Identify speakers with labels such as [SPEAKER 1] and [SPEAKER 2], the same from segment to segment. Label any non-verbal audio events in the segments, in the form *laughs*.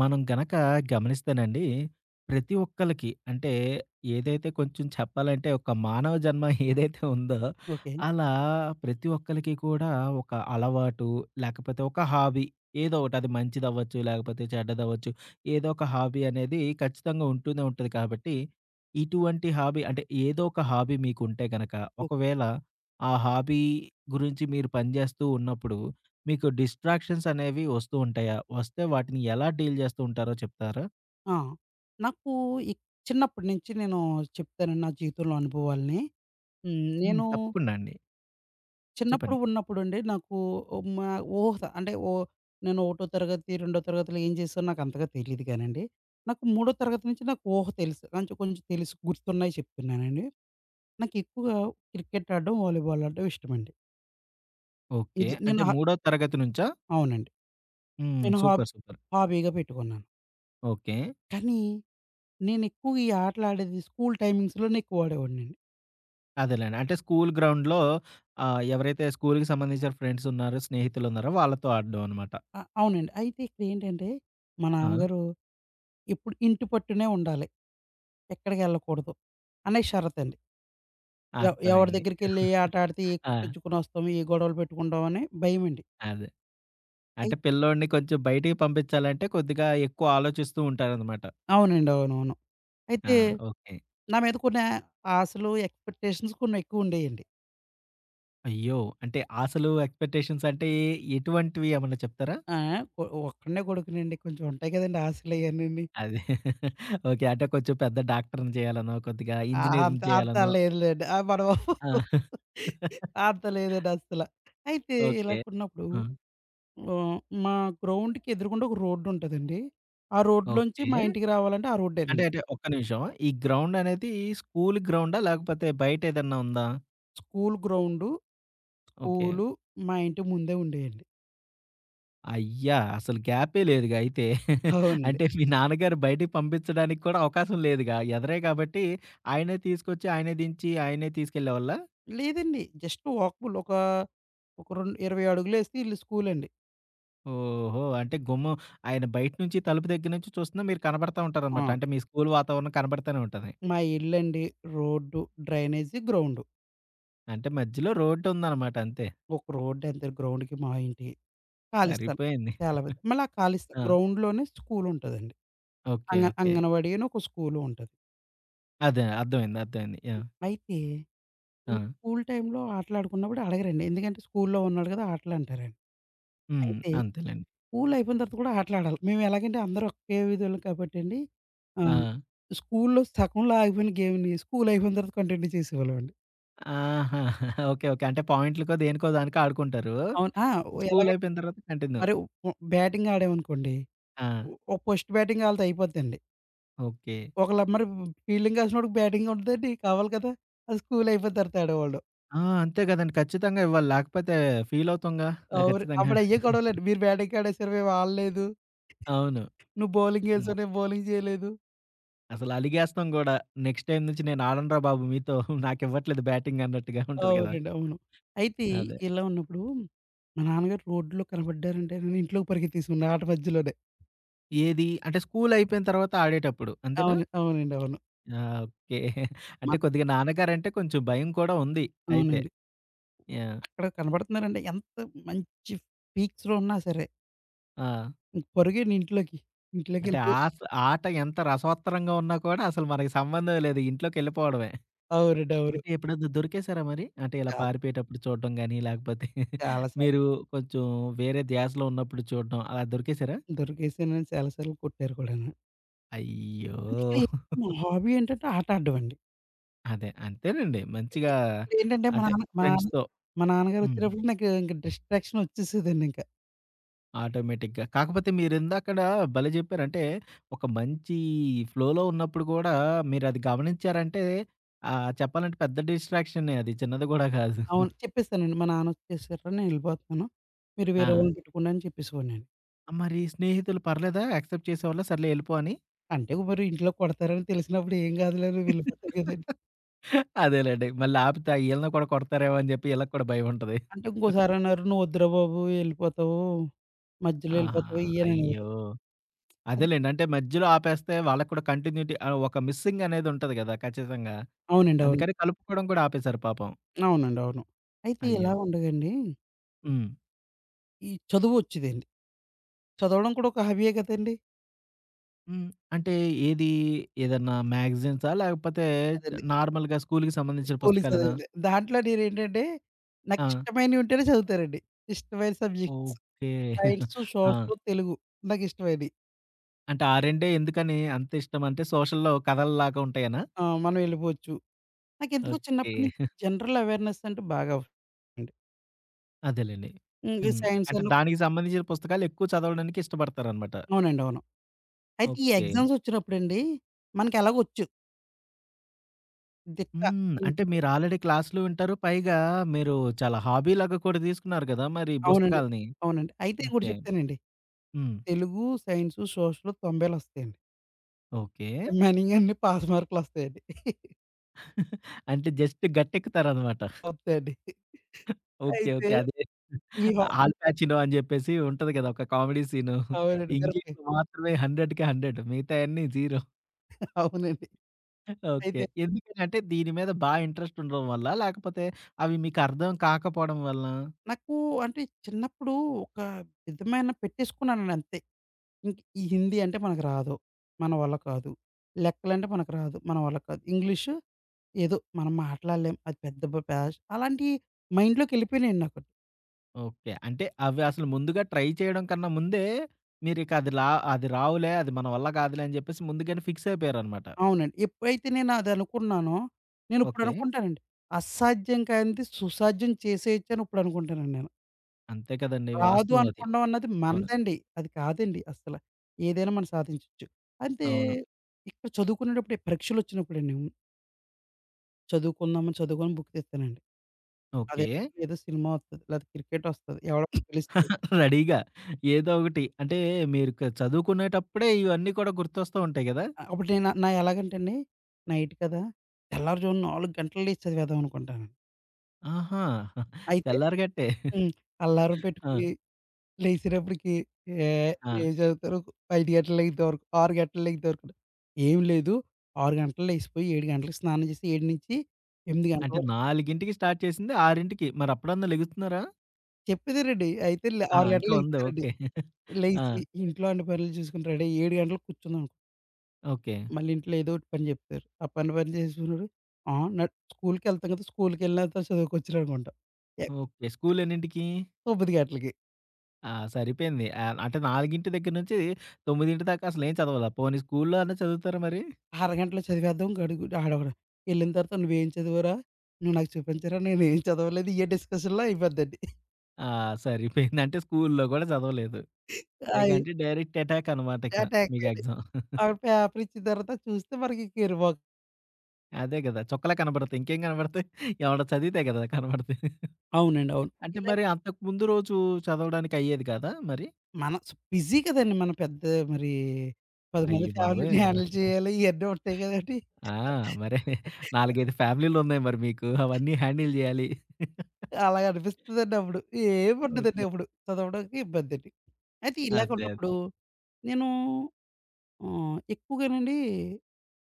[SPEAKER 1] మనం గనక గమనిస్తేనండి, ప్రతి ఒక్కళ్ళకి అంటే ఏదైతే కొంచెం చెప్పాలంటే ఒక మానవ జన్మ *laughs* ఏదైతే ఉందో,
[SPEAKER 2] ఓకే.
[SPEAKER 1] అలా ప్రతి ఒక్కళ్ళకి కూడా ఒక అలవాటు, లేకపోతే ఒక హాబీ ఏదో ఒకటి అది మంచిదవ్వచ్చు, లేకపోతే చెడ్డదవ్వచ్చు. ఏదో ఒక హాబీ అనేది ఖచ్చితంగా ఉంటూనే ఉంటది కాబట్టి, ఇటువంటి హాబీ అంటే ఏదో ఒక హాబీ మీకుంటే గనక,
[SPEAKER 2] ఓకే.
[SPEAKER 1] ఒకవేళ ఆ హాబీ గురించి మీరు పని చేస్తూ ఉన్నప్పుడు మీకు డిస్ట్రాక్షన్స్ అనేవి వస్తూ ఉంటాయా? వస్తే వాటిని ఎలా డీల్ చేస్తూ ఉంటారో చెప్తారా?
[SPEAKER 2] ఆ! నాకు ఇక్ చిన్నప్పటి నుంచి నేను చెప్తానండి నా జీవితంలో అనుభవాల్ని. హ్మ్.
[SPEAKER 1] హ్మ్.
[SPEAKER 2] నేను
[SPEAKER 1] తప్పకుండా అండి.
[SPEAKER 2] చిన్నప్పుడు
[SPEAKER 1] చెప్పండి.
[SPEAKER 2] ఉన్నప్పుడండి నాకు మా ఊహ అంటే నేను ఒకటో తరగతి, రెండో తరగతిలో ఏం చేశానో నాకు అంతగా తెలీదు కానండి. నాకు మూడో తరగతి నుంచి నాకు ఊహ తెలుసు. కొంచెం కొంచెం తెలుసు గుర్తున్నాయి చెప్తున్నానండి. నాకు ఎక్కువగా క్రికెట్ ఆడడం, వాలీబాల్ ఆడడం ఇష్టమండి.
[SPEAKER 1] ఓకే.
[SPEAKER 2] ఇది నేను
[SPEAKER 1] అంటే
[SPEAKER 2] హా
[SPEAKER 1] మూడో తరగతి నుంచా?
[SPEAKER 2] అవునండి.
[SPEAKER 1] హ్మ్.
[SPEAKER 2] నేను
[SPEAKER 1] సూపర్. సూపర్.
[SPEAKER 2] హాబీగా పెట్టుకున్నాను.
[SPEAKER 1] ఓకే.
[SPEAKER 2] కానీ నేను ఎక్కువ ఈ ఆటలు ఆడేది స్కూల్ టైమింగ్స్‌లోనే ఎక్కువ ఆడేవాడినండి.
[SPEAKER 1] అదేలేండి. అంటే స్కూల్ గ్రౌండ్‌లో ఎవరైతే స్కూల్‌కి సంబంధించిన ఫ్రెండ్స్ ఉన్నారో, స్నేహితులున్నారో వాళ్ళతో ఆడడం అనమాట.
[SPEAKER 2] ఆ! అవునండి. అయితే ఇక్కడేంటంటే, మా
[SPEAKER 1] ఆ!
[SPEAKER 2] నాన్నగారు ఎప్పుడు ఇంటి పట్టునే ఉండాలి. ఎక్కడికెళ్ళకూడదు అనే షరతండి. ఎవడి
[SPEAKER 1] అర్థమైంది.
[SPEAKER 2] దగ్గరికెళ్ళి ఆట ఆడితే ఏ
[SPEAKER 1] ఆ!
[SPEAKER 2] కొట్టించుకొనొస్తాం, ఏ గొడవలు పెట్టుకుంటాం అని భయమండి.
[SPEAKER 1] అదే.
[SPEAKER 2] అయి
[SPEAKER 1] అంటే పిల్లోడిని కొంచెం బయటికి పంపించాలంటే కొద్దిగా ఎక్కువ ఆలోచిస్తూ ఉంటారనమాట.
[SPEAKER 2] అవునండి. అవునవును.
[SPEAKER 1] ఆ!
[SPEAKER 2] అయితే
[SPEAKER 1] ఓకే.
[SPEAKER 2] నా మీద కొన్ని ఆశలు, ఎక్స్‌పెక్టేషన్స్ కొన్నెక్కువుండేయండి.
[SPEAKER 1] అయ్యో! అంటే ఆశలు, ఎక్స్‌పెక్టేషన్స్ అంటే ఎటువంటివి ఏమన్నా చెప్తారా?
[SPEAKER 2] ఆ! కొ ఒక్కడినే కొడుకునండి, కొంచెం ఉంటాయి కదండీ ఆశలయన్నీని.
[SPEAKER 1] అది. *laughs* ఓకే. అంటే కొంచెం పెద్ద డాక్టర్‌ని చేయాలనో, కొద్దిగా
[SPEAKER 2] ఆ!
[SPEAKER 1] ఇంజినీర్‌ని
[SPEAKER 2] అంత అంత
[SPEAKER 1] చేయాలనో
[SPEAKER 2] లేదు లేండి. ఆ! మన బాబు
[SPEAKER 1] ఆ! *laughs*
[SPEAKER 2] అంత లేదండి అస్సల. అయితే ఇలా
[SPEAKER 1] ఓకే.
[SPEAKER 2] కొన్నప్పుడు
[SPEAKER 1] ఆ!
[SPEAKER 2] ఓహ్! మా గ్రౌండ్‌కి ఎదురుగుండా ఒక రోడ్డుంటదండి. ఆ రోడ్లోంచి
[SPEAKER 1] ఓకే.
[SPEAKER 2] మా ఇంటికి రావాలంటే ఆ
[SPEAKER 1] అంటే
[SPEAKER 2] రోడ్డేనండి.
[SPEAKER 1] అంటే ఒక్క నిమిషం. ఈ గ్రౌండ్ అనేది స్కూల్ గ్రౌండా? లేకపోతే బయట ఏదన్నా ఉందా?
[SPEAKER 2] School ground,
[SPEAKER 1] okay.
[SPEAKER 2] స్కూలు మా ఇంటి ముందే ఉండేయండి.
[SPEAKER 1] అయ్యా! అసలు గ్యాపే లేదుగా అయితే. *laughs*
[SPEAKER 2] అవునండి.
[SPEAKER 1] అంటే మీ నాన్నగారు బయటికి పంపించడానికి కూడా అవకాశం లేదుగా. ఎదరే కాబట్టి ఆయనే తీసుకొచ్చి, ఆయనే దించి, ఆయనే తీసుకెళ్ళేవాళ్ళా?
[SPEAKER 2] లేదండి. జస్ట్ వాకబుల్ ఒక, ఒక రెండు 20 అడుగులేస్తే ఇల్లు స్కూలండి.
[SPEAKER 1] ఓహో! అంటే గుమ్మం ఆయన బయట నుంచి తలుపు దగ్గర నుంచి చూస్తున్నా మీరు కనపడతా
[SPEAKER 2] ఆ!
[SPEAKER 1] ఉంటారనమాట. అంటే మీ స్కూలు వాతావరణం కనపడతానే ఉంటది.
[SPEAKER 2] మా ఇల్లండి, రోడ్డు, డ్రైనేజీ, గ్రౌండు.
[SPEAKER 1] అంటే మధ్యలో రోడ్డుందనమాట అంతే.
[SPEAKER 2] ఒక రోడ్డంతే గ్రౌండ్‌కి మా ఇంటికి. ఖాళీ స్థలం.
[SPEAKER 1] సరిపోయింది.
[SPEAKER 2] చాలా పెద్ద మళ్ళీ ఆ ఖాళీ
[SPEAKER 1] ఆ!
[SPEAKER 2] గ్రౌండ్‌లోనే స్కూలుంటదండి.
[SPEAKER 1] ఓకే. ఓకే.
[SPEAKER 2] అంగన్‌వాడీ అని ఒక స్కూలు ఉంటది.
[SPEAKER 1] అదే అర్థమైంది. అర్థమైంది. యాహ్!
[SPEAKER 2] అయితే
[SPEAKER 1] ఆ!
[SPEAKER 2] ఇంక స్కూల్ టైమ్‌లో ఆటలాడుకున్నప్పుడు అడగరండి. ఎందుకంటే స్కూల్‌లో ఉన్నాడు కదా! ఆటలంటారండి.
[SPEAKER 1] హ్మ్.
[SPEAKER 2] అయితే
[SPEAKER 1] అంతేలెండి.
[SPEAKER 2] స్కూల్ అయిపోయిన తర్వాత కూడా ఆటలాడాలి. మేము ఎలాగంటే అందరూ ఒకే విధోళ్ళం కాబట్టండి,
[SPEAKER 1] ఆ!
[SPEAKER 2] ఆహ్, స్కూల్‌లో సగంలో ఆగిపోయిన గేమ్‌ని స్కూల్ అయిపోయిన తర్వాత కంటిన్యూ చేసేవాళ్ళమండి.
[SPEAKER 1] ఆహా! ఓకే. ఓకే. అంటే పాయింట్లకో దేనికో దానికో ఆడుకుంటారు.
[SPEAKER 2] అవును. ఆ! ఎలాగంటే
[SPEAKER 1] స్కూలయిపోయిన తర్వాత కంటిన్యూ.
[SPEAKER 2] మరి ఉ బ్యాటింగ్ ఆడామనుకోండి.
[SPEAKER 1] ఆ!
[SPEAKER 2] ఒ ఓ ఫస్ట్ బ్యాటింగ్ ఆళ్ళది అయిపోద్దండి.
[SPEAKER 1] ఓకే.
[SPEAKER 2] ఒకళ్ళ మరి ఫీల్డింగ్ ఏసినోడికి బ్యాటింగ్ ఉంటదండి. కావాలి కదా! అది స్కూల్ అయిపోయిన తర్వాత ఆడేవాళ్ళం.
[SPEAKER 1] ఆ! అంతే గదండీ. ఖచ్చితంగా ఇవ్వాలి. లేకపోతే ఫీలవుతాంగా.
[SPEAKER 2] అవును.
[SPEAKER 1] ఖచ్చితంగా.
[SPEAKER 2] అప్పుడు అయ్యే గొడవలండి. మీరు బ్యాటింగ్ ఆడేసారు, మేము ఆడలేదు.
[SPEAKER 1] అవును.
[SPEAKER 2] నువ్వు బౌలింగ్
[SPEAKER 1] హ్మ్.
[SPEAKER 2] ఏసావు, నేను బౌలింగ్ చేయలేదు.
[SPEAKER 1] అసలు అలిగేస్తాం గూడా. నెక్స్ట్ టైమ్ నుంచి నేను ఆడనురా బాబు మీతో. *laughs* నాకివ్వట్లేదు బ్యాటింగ్ అన్నట్టుగా ఉంటది గదా!
[SPEAKER 2] అవునండి. అవును. అయితే
[SPEAKER 1] అదే.
[SPEAKER 2] ఇలా ఉన్నప్పుడు మా నాన్నగారు రోడ్లో కనపడ్డారంటే నేను ఇంట్లోకి పరిగెత్తేసేవాడిని ఆట మధ్యలోనే.
[SPEAKER 1] ఏది అంటే స్కూల్ అయిపోయిన తర్వాత ఆడేటప్పుడు అంతేనా?
[SPEAKER 2] అవును. అవునండి. అవును.
[SPEAKER 1] ఆ! ఓకే. *laughs* అంటే
[SPEAKER 2] మన
[SPEAKER 1] కొద్దిగా నాన్నగారంటే కొంచెం భయం కూడా ఉంది అయితే.
[SPEAKER 2] అవునండి.
[SPEAKER 1] యాహ్!
[SPEAKER 2] అక్కడ కనపడుతున్నారంటే ఎంత మంచి పీక్స్‌లో ఉన్నా సరే
[SPEAKER 1] ఆ!
[SPEAKER 2] ఇంక పరుగేండి ఇంట్లోకి.
[SPEAKER 1] అంటే
[SPEAKER 2] ఇంట్లోకెళ్తే
[SPEAKER 1] ఆస్ ఆట ఎంత రసవత్తరంగా ఉన్నా కూడా అసలు మనకి సంబంధం లేదు. ఇంట్లోకెళ్ళిపోవడమే.
[SPEAKER 2] అవునండి. అవును.
[SPEAKER 1] అంటే ఎప్పుడైనా దొరికేసారా మరి? అంటే ఇలా
[SPEAKER 2] చాలా
[SPEAKER 1] పారిపోయేటప్పుడు చూడడం గాని, లేకపోతే *laughs*
[SPEAKER 2] చాలా సార్లు
[SPEAKER 1] మీరు కొంచెం వేరే ధ్యాసలో ఉన్నప్పుడు చూడడం అలా దొరికేసారా?
[SPEAKER 2] దొరికేసానని చాలా సార్లు కొట్టారు కూడాను. అంటే
[SPEAKER 1] అయ్యో!
[SPEAKER 2] ఇక్కడ నా హాబీ ఏంటంటే ఆట ఆడడమండి.
[SPEAKER 1] అదే. అంతేనండి. మంచిగా
[SPEAKER 2] ఇక్కడేంటంటే మా
[SPEAKER 1] అంటే
[SPEAKER 2] నాన్న మా నాన్న
[SPEAKER 1] ఫ్రెండ్స్‌తో
[SPEAKER 2] మా నాన్నగారు
[SPEAKER 1] హ్మ్.
[SPEAKER 2] వచ్చేటప్పుడు నాకు ఇంక డిస్ట్రాక్షన్ వచ్చేసేదండి ఇంక.
[SPEAKER 1] ఆటోమేటిక్‌గా. కాకపోతే మీరిందాకడ భలే జెప్పారు. అంటే ఒక మంచి ఫ్లోలో ఉన్నప్పుడు గూడా మీరది గమనించారంటే చెప్పాలంటే పెద్ద డిస్ట్రాక్షనే అది. చిన్నది గూడా గాదు.
[SPEAKER 2] అవును. చెప్పేసానండి. మా నాన్నొచ్చేసారు. నేనెళ్ళిపోతున్నాను. మీరు
[SPEAKER 1] ఆ!
[SPEAKER 2] వేరే వాళ్ళని పెట్టుకోండి అని చెప్పేసేవాడినండి.
[SPEAKER 1] మరి స్నేహితులు పర్లేదా? యాక్సెప్ట్ చేసేవాళ్ళా? సర్లే ఎళ్ళిపో అని?
[SPEAKER 2] అంటే మరి ఇంట్లో కొడతారని తెలిసినప్పుడు ఏం కాదులే నువ్వెళ్ళిపోతారు కదండీ.
[SPEAKER 1] అదేలెండి. మళ్ళీ ఆపితే ఈళ్ళని కూడా కొడతారేమో అని జెప్పి ఈళ్ళకి కూడా భయముంటది.
[SPEAKER 2] అంటే ఇంకోసారన్నారు, "నువ్వు వద్దురా బాబు, యెళ్ళిపోతావు. మధ్యలో
[SPEAKER 1] ఆహా!
[SPEAKER 2] యెళ్ళిపోతావు" ఇయ్యి అని
[SPEAKER 1] అయ్యో!
[SPEAKER 2] అనేవారు. అది
[SPEAKER 1] అదేలెండి. అంటే మధ్యలో ఆపేస్తే వాళ్ళకి కూడా కంటిన్యూటీ ఒక మిస్సింగ్ అనేది ఉంటది గదా! ఖచ్చితంగా.
[SPEAKER 2] అవునండి. అవును.
[SPEAKER 1] అందుకని కలుపుకోవడం కూడా ఆపేశారు పాపం.
[SPEAKER 2] అవునండి. అవును. అయితే
[SPEAKER 1] అయ్యో!
[SPEAKER 2] ఇలా ఉండగండి,
[SPEAKER 1] హ్మ్.
[SPEAKER 2] ఈ చదువొచ్చేదండి. చదవడం కూడా ఒక హాబీయే కదండీ!
[SPEAKER 1] హ్మ్. అంటే ఏది? ఏదన్నా మ్యాగజైన్సా? లేకపోతే
[SPEAKER 2] అదండి.
[SPEAKER 1] నార్మల్‌గా స్కూలుకి సంబంధించిన
[SPEAKER 2] స్కూలుకి
[SPEAKER 1] పుస్తకాలేనా?
[SPEAKER 2] చదివింది. దాంట్లో నేనేంటంటే,
[SPEAKER 1] ఆ!
[SPEAKER 2] నాకిష్టమైనవి ఉంటేనే చదువుతానండి. ఇష్టమైన సబ్జెక్ట్స్
[SPEAKER 1] ఓకే.
[SPEAKER 2] సైన్స్,
[SPEAKER 1] *laughs* ఆ!
[SPEAKER 2] సోషల్, తెలుగు నాకిష్టమైనయి.
[SPEAKER 1] అంటే ఆ రెండే ఎందుకని అంత ఇష్టం? అంటే సోషల్‌లో కథల్లాగా ఉంటాయనా?
[SPEAKER 2] ఆ! మనం వెళ్ళిపోవచ్చు. నాకెందుకో
[SPEAKER 1] ఓకే.
[SPEAKER 2] చిన్నప్పటి నుంచి జనరల్ అవేర్‌నెస్ అంటే బాగా అండి.
[SPEAKER 1] అదేలెండి.
[SPEAKER 2] ఇంక
[SPEAKER 1] హ్మ్.
[SPEAKER 2] సైన్స్
[SPEAKER 1] అంటే
[SPEAKER 2] అను
[SPEAKER 1] దానికి సంబంధించిన పుస్తకాలు ఎక్కువ చదవడానికి ఇష్టపడతారనమాట.
[SPEAKER 2] అవునండి. అవును. అయితే ఈ
[SPEAKER 1] ఓకే.
[SPEAKER 2] ఎగ్జామ్స్ వచ్చినప్పుడండి మనకి ఎలాగొచ్చు దిట్ట
[SPEAKER 1] హ్మ్. అంటే
[SPEAKER 2] దీంట్లో
[SPEAKER 1] మీరు ఆల్రెడీ క్లాసులు వింటారు. పైగా మీరు చాలా హాబీలాగా కూడా తీసుకున్నారు గదా! మరి
[SPEAKER 2] అవునండి.
[SPEAKER 1] పుస్తకాల్ని.
[SPEAKER 2] అవునండి. అయితే ఇంకోటి
[SPEAKER 1] ఓకే.
[SPEAKER 2] చెప్తానండి.
[SPEAKER 1] హ్మ్.
[SPEAKER 2] తెలుగు, సైన్స్, సోషల్ 90లు వస్తాయండి.
[SPEAKER 1] ఓకే.
[SPEAKER 2] రిమైనింగ్ అన్ని పాస్ మార్కులొస్తాయండి.
[SPEAKER 1] అంటే జస్ట్ గట్టెక్కుతారనమాట.
[SPEAKER 2] వస్తాయండి. వస్తాయండి.
[SPEAKER 1] ఓకే.
[SPEAKER 2] అయితే
[SPEAKER 1] ఓకే. అదే
[SPEAKER 2] ఈ హా
[SPEAKER 1] ఆల్ పాచినో అని జెప్పేసి ఉంటది గదా! ఒక కామెడీ సీను.
[SPEAKER 2] అవునండి. కరెక్టే.
[SPEAKER 1] ఇంగ్లీష్‌లో మాత్రమే 100కి 100 మిగతాయన్నీ 0.
[SPEAKER 2] అవునండి.
[SPEAKER 1] ఓకే.
[SPEAKER 2] అయితే
[SPEAKER 1] ఎందుకని అంటే దీని మీద ఇంట్రెస్ట్ ఉండడం వల్లా? లేకపోతే అవి మీకు అర్థం కాకపోవడం వలనా?
[SPEAKER 2] నాకు అంటే చిన్నప్పుడు ఒక విధమైన పెట్టేసుకున్నానండి అంతే. ఇంక ఈ హిందీ అంటే మనకు రాదు. మన వల్ల కాదు. లెక్కలంటే మనకు రాదు. మన వల్ల కాదు. ఇంగ్లీషు ఏదో మనం మాట్లాడలేం. అది పెద్ద భాష, అలాంటియి మైండ్‌లోకెళ్ళిపోయినాయండి నాకు.
[SPEAKER 1] ఓకే. అంటే అవి అసలు ముందుగా ట్రై చేయడం కన్నా ముందే, మీరిక అది రావులే, అది మన వల్ల కాదులే అని చెప్పేసి ముందుగానే ఫిక్స్ అయిపోయారనమాట.
[SPEAKER 2] అవునండి. ఎప్పుడైతే నేను అది అనుకున్నానో, నేనిప్పుడు
[SPEAKER 1] ఓకే.
[SPEAKER 2] అనుకుంటానండి. అసాధ్యం కానిది సుసాధ్యం చేసేయొచ్చని ఇప్పుడనుకుంటానండి నేను.
[SPEAKER 1] అంతే కదండీ!
[SPEAKER 2] రాదు
[SPEAKER 1] వాస్తవం అది.
[SPEAKER 2] అనుకోడం అన్నది
[SPEAKER 1] అవును.
[SPEAKER 2] మనదండి. అది కాదండి అస్సల. ఏదైనా మనం సాధించొచ్చు. అంతే.
[SPEAKER 1] అవును.
[SPEAKER 2] ఇక్కడ చదువుకునేటప్పుడే పరీక్షలొచ్చినప్పుడండి చదువుకుందామని చదువుకొని బుక్ తెస్తానండి. అదే
[SPEAKER 1] ఓకే.
[SPEAKER 2] ఏదో సినిమా వస్తది. లేతే క్రికెటొస్తది. ఎవడో గెలుస్తాడు.
[SPEAKER 1] *laughs* రెడీగా ఏదో ఒకటి అంటే మీరు చదువుకునేటప్పుడే ఇవన్నీ కూడా గుర్తొస్తూ ఉంటాయి గదా!
[SPEAKER 2] ఆహ్, అప్పుడు నేను నా ఎలాగంటే అండి, నైట్ కదా! తెల్లారుజామున 4 గంటలకు లేచి చదివేద్దాం అనుకుంటానండి.
[SPEAKER 1] ఆహా! *laughs*
[SPEAKER 2] అయితే
[SPEAKER 1] తెల్లారగట్టే.
[SPEAKER 2] హ్మ్. అల్లారం
[SPEAKER 1] ఆ!
[SPEAKER 2] పెట్టుకొని లేసినప్పటికి ఏ
[SPEAKER 1] ఆ!
[SPEAKER 2] ఏం చదువుతారు? 5 గంటలు లెగితే వరకు, 6 గంటలు లెగితే వరకు ఏం లేదు. 6 గంటలు లేసిపోయి 7 గంటలకు స్నానం చేసి 7-8 గంటల
[SPEAKER 1] అంటే
[SPEAKER 2] వరకు
[SPEAKER 1] 4:00కి స్టార్ట్ చేసింది 6:00కి మరి అప్పుడన్నా లెగుతున్నారా?
[SPEAKER 2] చెప్పేదేనండి. అయితే
[SPEAKER 1] ఆ!
[SPEAKER 2] 6 గంటలకు
[SPEAKER 1] ఇంకా ఉంది.
[SPEAKER 2] లెగిస్తానండి.
[SPEAKER 1] ఓకే. *laughs* ఆ!
[SPEAKER 2] లేసి ఇంట్లో అన్ని పనులు చూసుకొని రెడీ అయ్యి 7 గంటలకు కూర్చున్నాం.
[SPEAKER 1] ఓకే.
[SPEAKER 2] మళ్ళీ ఇంట్లో ఏదో ఒకటి పని చెప్తారు. ఆ పని పని చేసుకున్నాడు. ఆ! న స్కూల్‌కెళ్తాం కదా! స్కూల్‌కెళ్ళిన తర్వాత చదువుకొచ్చాడనుకుంటాం. ఎ
[SPEAKER 1] ఓకే. స్కూల్ ఎన్నింటికి?
[SPEAKER 2] 9 గంటలకి.
[SPEAKER 1] ఆ! సరిపోయింది. అంటే 4:00 దగ్గర నుంచి 9:00 దాకా అసలేం చదవలా. పోనీ స్కూల్లో అన్నా చదువుతారా మరి?
[SPEAKER 2] అరగంటలో చదివేద్దాం గడుగు ఆడెవడు ఎళ్ళిన తర్వాత "నువ్వేం చదివావురా? నువ్వు నాకు చూపించరా? నేనేం చదవలేదు" ఇయే డిస్కషన్‌లో అయిపోద్దండి.
[SPEAKER 1] ఆ! సరిపోయింది. అంటే స్కూల్లో గూడా చదవలేదు. ఇక
[SPEAKER 2] అయి
[SPEAKER 1] అంటే డైరెక్ట్ అటాక్ అనమాట ఇక
[SPEAKER 2] అటాక్
[SPEAKER 1] మీకు
[SPEAKER 2] అండి.
[SPEAKER 1] ఎగ్జామ్.
[SPEAKER 2] ఆవిడ పేపర్ ఇచ్చిన తర్వాత చూస్తే మనకి కేర్ బాక్.
[SPEAKER 1] అదే గదా! చుక్కలే కనబడతాయి. ఇంకేం కనబడతాయి? ఏమన్నా చదివితే గదా! కనబడతాయి.
[SPEAKER 2] అవునండి. అవును.
[SPEAKER 1] అంటే
[SPEAKER 2] ఇలా
[SPEAKER 1] మరి అంతకు ముందు రోజు చదవడానికి అయ్యేది కాదా మరి?
[SPEAKER 2] మనం బిజీ కదండీ! మనం పెద్ద మరి 10 మంది
[SPEAKER 1] అయ్య
[SPEAKER 2] ఫ్యామిలీని
[SPEAKER 1] బాబోయ్!
[SPEAKER 2] హ్యాండిల్
[SPEAKER 1] మరి
[SPEAKER 2] చేయాలి. ఇయన్నీ ఉంటాయి కదండీ!
[SPEAKER 1] ఆ! మరే 4, 5 ఫ్యామిలీలున్నాయి మరి మీకు. అవన్నీ హ్యాండిల్ జేయాలి.
[SPEAKER 2] అలాగ అనిపిస్తదండి అప్పుడు. ఏముండదండి
[SPEAKER 1] ఓకే.
[SPEAKER 2] అప్పుడు. చదవడానికి ఇబ్బందండి. అయితే ఇలాగ
[SPEAKER 1] అదే.
[SPEAKER 2] ఉన్నప్పుడు
[SPEAKER 1] అదే.
[SPEAKER 2] నేను ఆహ్, ఎక్కువగానండి,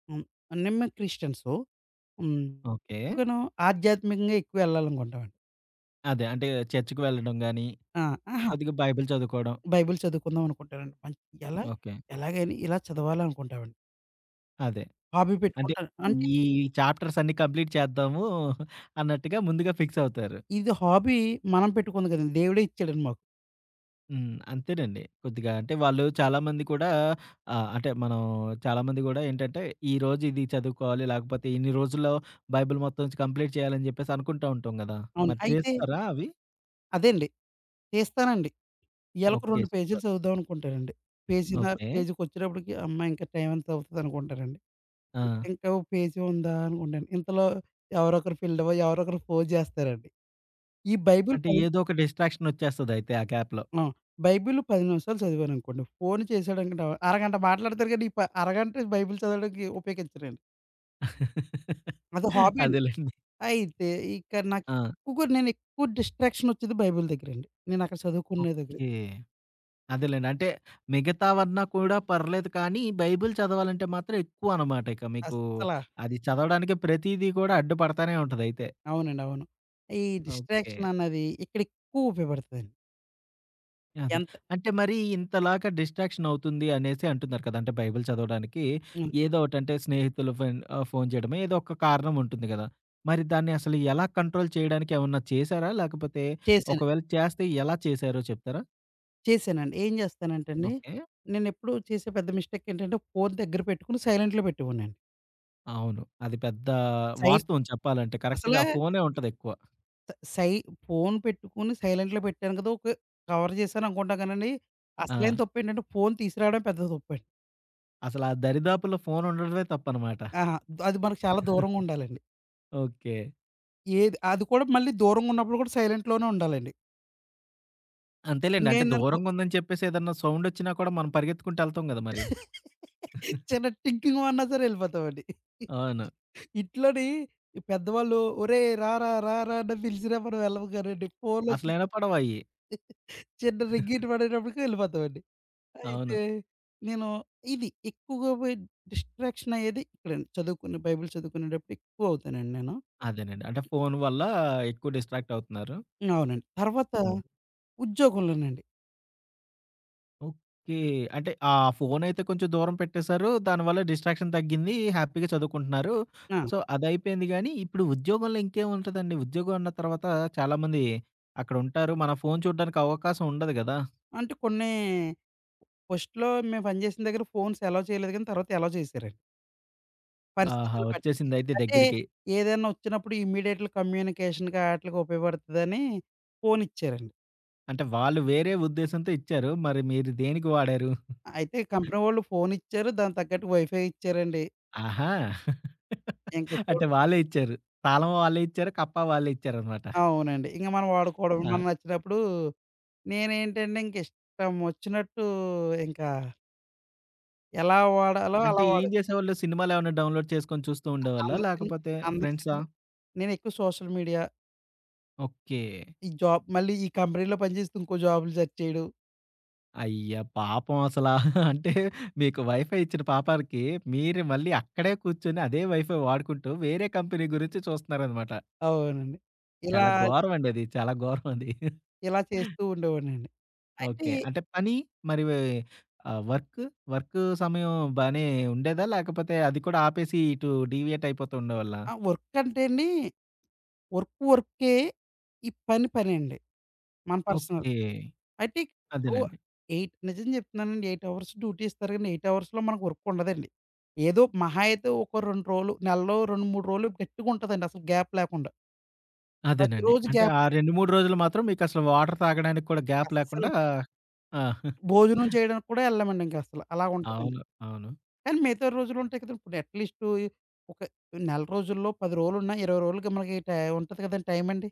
[SPEAKER 2] హ్మ్. నేను క్రిస్టియన్సు. హ్మ్.
[SPEAKER 1] ఓకే.
[SPEAKER 2] ఎక్కువగాను ఆధ్యాత్మికంగా ఎక్కువ ఎళ్ళాలనుకుంటామండి.
[SPEAKER 1] అదే. అంటే చర్చ్‌కి వెళ్ళడం గాని
[SPEAKER 2] ఆ! అహా!
[SPEAKER 1] కొద్దిగా బైబిల్ చదువుకోవడం.
[SPEAKER 2] బైబిల్ చదువుకుందాం అనుకుంటానండి. మంచి ఎలా
[SPEAKER 1] ఓకే.
[SPEAKER 2] ఎలాగైనా ఇలా చదవాలనుకుంటామండి.
[SPEAKER 1] అదే.
[SPEAKER 2] హాబీ
[SPEAKER 1] అంటే
[SPEAKER 2] పెట్టుకుంటాను. అంటే
[SPEAKER 1] ఈ చాప్టర్స్ అన్నీ కంప్లీట్ చేద్దాము అన్నట్టుగా ముందుగా ఫిక్స్ అవుతారు.
[SPEAKER 2] ఇది హాబీ మనం పెట్టుకుంది కదండీ! దేవుడే ఇచ్చాడండి మాకు.
[SPEAKER 1] హ్మ్. అంతేనండి. కొద్దిగా అంటే వాళ్ళు చాలామంది కూడా అంటే మనం చాలామంది గూడా ఏంటంటే ఈరోజు ఇది చదువుకోవాలి. లేకపోతే ఇన్ని రోజుల్లో బైబిల్ మొత్తం కంప్లీట్ చేయాలని జెప్పేసి అనుకుంటా ఉంటాం గదా!
[SPEAKER 2] అవును.
[SPEAKER 1] మరి
[SPEAKER 2] అయితే
[SPEAKER 1] చేస్తారా అవి?
[SPEAKER 2] అదే అండి. చేస్తానండి. ఈళ్ళకి
[SPEAKER 1] ఓకే.
[SPEAKER 2] 2 పేజీలు
[SPEAKER 1] సూపర్.
[SPEAKER 2] చదువుదాం అనుకుంటారండి. పేజీన్నర
[SPEAKER 1] ఓకే.
[SPEAKER 2] పేజీకొచ్చేటప్పటికి అమ్మ! ఇంకా టైం ఎంత అవుతదనుకుంటారండి.
[SPEAKER 1] ఆ!
[SPEAKER 2] ఇంకా ఓ పేజీ ఉందా అనుకుంటాను. ఇంతలో ఎవరొకరు ఫీల్డవ్వ, ఎవరొకరు ఫోను చేస్తారండి. ఈ బైబిల్
[SPEAKER 1] అంటే
[SPEAKER 2] పది
[SPEAKER 1] ఏదో ఒక డిస్ట్రాక్షన్ ఒచ్చేస్తదయితే ఆ గ్యాప్‌లో.
[SPEAKER 2] ఆ! బైబిల్ 10 నిమిషాలు చదివాననుకోండి, ఫోను చేశాడనుకోండి ఆవ అరగంట మాట్లాడతారు కానీ, ఈ ప అరగంట బైబిల్ చదవడానికి ఉపయోగించరండి. అది హాబీ అండి.
[SPEAKER 1] అదేలెండి.
[SPEAKER 2] అయితే ఇక్కడ నాకు
[SPEAKER 1] ఆ!
[SPEAKER 2] ఎక్కువగా నేనెక్కువ డిస్ట్రాక్షన్ వచ్చేది బైబిల్ దగ్గరండి. నేనక్కడ చదువుకునే దగ్గర.
[SPEAKER 1] ఓకే. అదేలేండి. అంటే మిగతావన్నా కూడా పర్లేదు కానీ, బైబిల్ చదవాలంటే మాత్రం ఎక్కువనమాట ఇక మీకు.
[SPEAKER 2] అస్సల
[SPEAKER 1] అది చదవడానికి ప్రతీదీ కూడా అడ్డుపడతానే ఉంటదయితే.
[SPEAKER 2] అవునండి. అవును. ఈ
[SPEAKER 1] ఓకే.
[SPEAKER 2] డిస్ట్రాక్షన్ అన్నది ఇక్కడ ఎక్కువ ఉపయోగపడతదండి.
[SPEAKER 1] అదే.
[SPEAKER 2] ఎంత
[SPEAKER 1] అంటే మరి ఇంతలాగా డిస్ట్రాక్షన్ అవుతుంది అనేసి అంటున్నారు కదా! అంటే బైబిల్ చదవడానికి
[SPEAKER 2] హ్మ్.
[SPEAKER 1] ఏదో ఒకటంటే స్నేహితులు ఫోను చేయడమో ఏదో ఒక కారణం ఉంటుంది గదా! మరి దాన్ని అసలు ఎలా కంట్రోల్ చేయడానికి ఏమన్నా చేశారా? లేకపోతే
[SPEAKER 2] చేశాను.
[SPEAKER 1] ఒకవేళ చేస్తే ఎలా చేశారో చెప్తారా?
[SPEAKER 2] చేశానండి. ఏం చేస్తానంటే అండి,
[SPEAKER 1] ఓకే.
[SPEAKER 2] నేనెప్పుడు చేసే పెద్ద మిస్టేక్ ఏంటంటే ఫోను దగ్గర పెట్టుకొని సైలెంట్‌లో పెట్టేవాడినండి.
[SPEAKER 1] అవును. అది పెద్ద
[SPEAKER 2] సై
[SPEAKER 1] వాస్తవం చెప్పాలంటే. కరెక్ట్‌గా
[SPEAKER 2] అసలా
[SPEAKER 1] ఆ ఫోనే ఉంటదెక్కువ.
[SPEAKER 2] స సై ఫోను పెట్టుకొని సైలెంట్‌లో పెట్టాను కదా! ఓకే. కవర్ చేశాను అనుకుంటాం కానండి, అసలైన
[SPEAKER 1] ఆ!
[SPEAKER 2] తప్పేంటంటే ఫోను తీసుకురావడమే పెద్ద తప్పండి.
[SPEAKER 1] అసలా దరిదాపుల్లో ఫోను ఉండడమే తప్పనమాట.
[SPEAKER 2] ఆహా! అది మనకు చాలా దూరంగుండాలండి.
[SPEAKER 1] ఓకే.
[SPEAKER 2] ఏది అది కూడా మళ్ళీ దూరంగున్నప్పుడు కూడా సైలెంట్‌లోనే
[SPEAKER 1] అంతేలెండి. అంటే
[SPEAKER 2] ఉండాలండి.
[SPEAKER 1] దూరంగా ఉందని చెప్పేసి ఏదన్నా సౌండొచ్చినా కూడా మనం పరిగెత్తుకుంటూ ఎళ్తాం గదా! మరి.
[SPEAKER 2] చిన్న టింకింగ్ మన్నా సరే ఎళ్ళిపోతామండి.
[SPEAKER 1] అవును.
[SPEAKER 2] ఇంట్లోని ఈ పెద్దవాళ్ళు "ఒరేయ్! రారా, రారా" అని పిలిసినా మనం వెళ్ళము కానండి. ఫోన్‌లో
[SPEAKER 1] అసలు
[SPEAKER 2] చూసి
[SPEAKER 1] వినపడవయ్యి.
[SPEAKER 2] చిన్న రింగీట్ పడేటప్పటికి వెళ్ళిపోతామండి.
[SPEAKER 1] అవును.
[SPEAKER 2] అయితే నేను ఇది ఎక్కువగా పోయి డిస్ట్రాక్షన్ అయ్యేది ఇక్కడండి. బైబిల్ చదువుకునేటప్పుడు ఎక్కువ అవుతానండి నేను.
[SPEAKER 1] అదేనండి. అంటే ఫోను వల్ల ఎక్కువ డిస్ట్రాక్ట్ అవుతున్నారు.
[SPEAKER 2] అవునండి. తర్వాత
[SPEAKER 1] హ్మ్.
[SPEAKER 2] ఉద్యోగంలోనండి.
[SPEAKER 1] ఓకే. అంటే ఆ ఫోనయితే కొంచెం దూరం పెట్టేశారు. దానివల్ల డిస్ట్రాక్షన్ తగ్గింది. హ్యాపీగా చదువుకుంటున్నారు.
[SPEAKER 2] ఆ!
[SPEAKER 1] సో, అదయిపోయింది గానీ, ఇప్పుడు ఉద్యోగంలో ఇంకేముంటదండి? ఉద్యోగం అన్న తర్వాత చాలామంది అక్కడుంటారు. మన ఫోను చూడడానికి అవకాశం ఉండదు గదా!
[SPEAKER 2] అంటే కొన్ని ఫస్ట్‌లో మేము పనిచేసిన దగ్గర ఫోన్స్ అలౌ చేయలేదు గానీ తర్వాత అలౌ చేశారండి.
[SPEAKER 1] ఆహా!
[SPEAKER 2] పరిస్థితులు బట్టి.
[SPEAKER 1] వచ్చేసిందయితే
[SPEAKER 2] అంటే
[SPEAKER 1] దగ్గరికి.
[SPEAKER 2] ఏదైనా ఒచ్చినప్పుడు ఇమ్మీడియేట్‌లీ కమ్యూనికేషన్‌కి ఆటిలకి ఉపయోగపడతదని ఫోనిచ్చారండి.
[SPEAKER 1] అంటే వాళ్ళు వేరే ఉద్దేశంతో ఇచ్చారు. మరి మీరు దేనికి వాడారు?
[SPEAKER 2] అయితే కంపెనీ వాళ్ళు ఫోనిచ్చారు. దానికి తగ్గట్టు వైఫై ఇచ్చారండి.
[SPEAKER 1] ఆహా!
[SPEAKER 2] ఇంక
[SPEAKER 1] అంటే
[SPEAKER 2] చూడు
[SPEAKER 1] వాళ్ళే ఇచ్చారు. తాళం వాళ్ళే ఇచ్చారు. కప్పా వాళ్ళే ఇచ్చారనమాట.
[SPEAKER 2] అవునండి. ఇంక మనం వాడుకోవడం
[SPEAKER 1] ఆ!
[SPEAKER 2] మనం నచ్చినప్పుడు నేనేంటంటే ఇంక ఇష్టం ఒచ్చినట్టు ఇంకా ఎలా వాడాలో
[SPEAKER 1] అంటే
[SPEAKER 2] అలా
[SPEAKER 1] ఏం
[SPEAKER 2] వాడే
[SPEAKER 1] చేసేవాళ్ళు? సినిమాలేమన్నా డౌన్‌లోడ్ చేసుకొని చూస్తూ ఉండేవాళ్ళా?
[SPEAKER 2] అందరి సిమ్
[SPEAKER 1] లేకపోతే
[SPEAKER 2] అందరి
[SPEAKER 1] ఫ్రెండ్సా?
[SPEAKER 2] సిమ్ నేనెక్కువ సోషల్ మీడియా,
[SPEAKER 1] ఓకే.
[SPEAKER 2] ఈ జాబ్ మళ్ళీ ఈ కంపెనీలో పనిచేస్తూ ఇంకో జాబ్‌లు సెర్చ్ చేయడం.
[SPEAKER 1] అయ్య పాపం అసలా. అంటే మీకు వైఫై ఇచ్చిన పాపానికి మీరు మళ్ళీ అక్కడే కూర్చొని అదే వైఫై వాడుకుంటూ వేరే కంపెనీ గురించి చూస్తున్నారనమాట.
[SPEAKER 2] అవునండి. ఇలా
[SPEAKER 1] చాలా ఘోరమండి అది. చాలా ఘోరమది.
[SPEAKER 2] ఇలా చేస్తూ ఉండేవాడినండి. అయితే
[SPEAKER 1] ఓకే. అంటే పని మరి వే వర్క్, వర్క్ సమయం బానే ఉండేదా? లేకపోతే అది కూడా ఆపేసి ఇటు డీవియేట్ అయిపోతూ ఉండేవాళ్ళా?
[SPEAKER 2] ఆ! వర్క్ అంటే అండి, వర్క్ వర్కే. ఈ పని పనే అండి. మన పర్సనల్.
[SPEAKER 1] ఓకే.
[SPEAKER 2] అయితే ఇప్పుడు
[SPEAKER 1] అదేనండి.
[SPEAKER 2] 8 నిజం చెప్తున్నానండి, 8 అవర్స్ డ్యూటీ ఇస్తారు కానీ 8 అవర్స్‌లో మనకు వర్క్ ఉండదండి. ఏదో మహా అయితే ఒక 2 రోజులు, నెలలో 2, 3 రోజులు గట్టిగా ఉంటదండి అసలు గ్యాప్ లేకుండా.
[SPEAKER 1] అదేనండి.
[SPEAKER 2] ప్రతిరోజు
[SPEAKER 1] అంటే
[SPEAKER 2] గ్యాప్
[SPEAKER 1] ఆ 2, 3 రోజులు మాత్రం మీకసలు వాటర్ తాగడానికి కూడా గ్యాప్ లేకుండా
[SPEAKER 2] అస్సలండి.
[SPEAKER 1] ఆ!
[SPEAKER 2] భోజనం చేయడానికి కూడా వెళ్ళమండి ఇంక అసలు. అలా ఉంటదండి.
[SPEAKER 1] అవును. అవును.
[SPEAKER 2] కానీ మిగతా రోజులు ఉంటాయి కదండీ. ఇప్పుడు అట్‌లీస్ట్ ఒక నెల రోజుల్లో 10 రోజులున్నా 20 రోజులకి మనకి ఉంటది కదండీ టైమ్ అండి.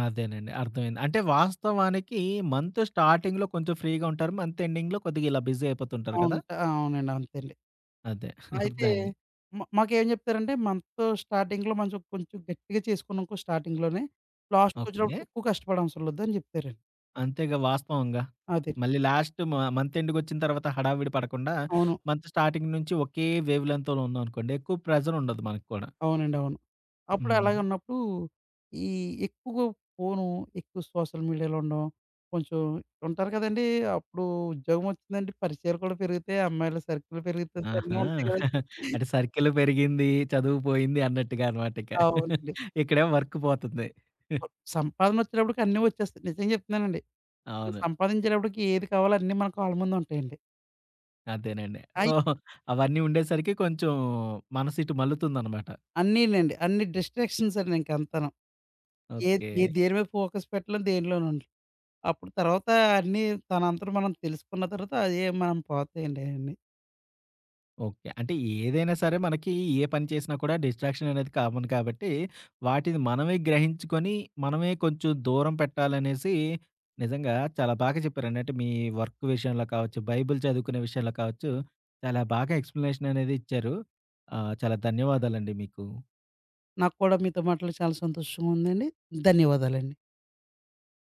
[SPEAKER 1] అదేనండి. అర్థమైంది. అంటే వాస్తవానికి మంత్ స్టార్టింగ్‌లో కొంచెం ఫ్రీగా ఉంటారు. మంత్ ఎండింగ్‌లో కొద్దిగా ఇలా బిజీ
[SPEAKER 2] ఆ!
[SPEAKER 1] అయిపోతుంటారు కదా!
[SPEAKER 2] అవునండి. అంతే అండి.
[SPEAKER 1] అదే.
[SPEAKER 2] అయితే
[SPEAKER 1] అర్థమైంది.
[SPEAKER 2] మాకేం జెప్తారంటే మంత్ స్టార్టింగ్‌లో మంచి కొంచెం గట్టిగా చేసుకున్నాంకో స్టార్టింగ్‌లోనే
[SPEAKER 1] ఓకే.
[SPEAKER 2] లాస్ట్‌కొచ్చినప్పటికి ఎక్కువ కష్టపడనవసరం లేదు అని జెప్తారండి.
[SPEAKER 1] అంతేగా వాస్తవంగా.
[SPEAKER 2] అదే.
[SPEAKER 1] మళ్ళీ లాస్ట్ మంత్ ఎండ్‌కొచ్చిన తర్వాత హడావిడి పడకుండా,
[SPEAKER 2] అవును.
[SPEAKER 1] మంత్ స్టార్టింగ్ నుంచి ఒకే వేవ్ లెంగ్త్‌లో ఉన్నామనుకోండి, ఎక్కువ ప్రెజర్ ఉండదు మనకు కూడా.
[SPEAKER 2] అవునండి. అవును. అప్పుడు
[SPEAKER 1] హ్మ్.
[SPEAKER 2] అలాగే ఉన్నప్పుడు ఈ ఎక్కువగా ఫోను, ఎక్కువ సోషల్ మీడియాలో ఉండడం, కొంచెం ఉంటారు కదండీ! అప్పుడు ఉద్యోగం వచ్చిందంటే పరిచయాలు కూడా పెరుగుతాయి. అమ్మాయిల సర్కిల్ పెరుగుతది. అన్నీ
[SPEAKER 1] ఆహా!
[SPEAKER 2] ఉంటాయి గదండీ!
[SPEAKER 1] *laughs* అంటే సర్కిల్ పెరిగింది, చదువు పోయింది అన్నట్టుగా అనమాట ఇక.
[SPEAKER 2] అవునండి.
[SPEAKER 1] *laughs* ఇక్కడేమో వర్క్ పోతుంది. *laughs*
[SPEAKER 2] సంపాదన వచ్చేటప్పటికి అన్నీ వచ్చేస్తాయి. నిజం జెప్తున్నానండి. మనం
[SPEAKER 1] అవును.
[SPEAKER 2] సంపాదించేటప్పటికి ఏది కావాలో అన్నీ మన కాళ్ళ ముందుంటాయండి.
[SPEAKER 1] అదేనండి. సో,
[SPEAKER 2] అయి
[SPEAKER 1] అవన్నీ ఉండేసరికి కొంచెం మనసిటు మల్లుతుందనమాట.
[SPEAKER 2] అన్నీనండి. అన్ని డిస్ట్రాక్షన్స్ అండి ఇంకంతాను. ఏది
[SPEAKER 1] ఓకే.
[SPEAKER 2] ఏ ఏ దేని మీద ఫోకస్ పెట్టలేం, దేనిలోను ఉండలేం. అప్పుడు తర్వాత అన్నీ తనంతట మనం తెలుసుకున్న తర్వాత అయ్యే మనం పోతాయండి అయన్నీ.
[SPEAKER 1] ఓకే. అంటే ఏదైనా సరే మనకి ఏ పని చేసినా కూడా డిస్ట్రాక్షన్ అనేది కామన్ కాబట్టి, వాటిని మనమే గ్రహించుకొని, మనమే కొంచెం దూరం పెట్టాలనేసి నిజంగా చాలా బాగా చెప్పారండి. అంటే మీ వర్క్ విషయంలో కావచ్చు, బైబిల్ చదువుకునే విషయంలో కావచ్చు, చాలా బాగా ఎక్స్‌ప్లనేషన్ అనేది ఇచ్చారు. చాలా ధన్యవాదాలండి మీకు.
[SPEAKER 2] నాకు కూడా మీతో మాట్లాడి చాలా సంతోషంగా ఉందండి. ధన్యవాదాలండి.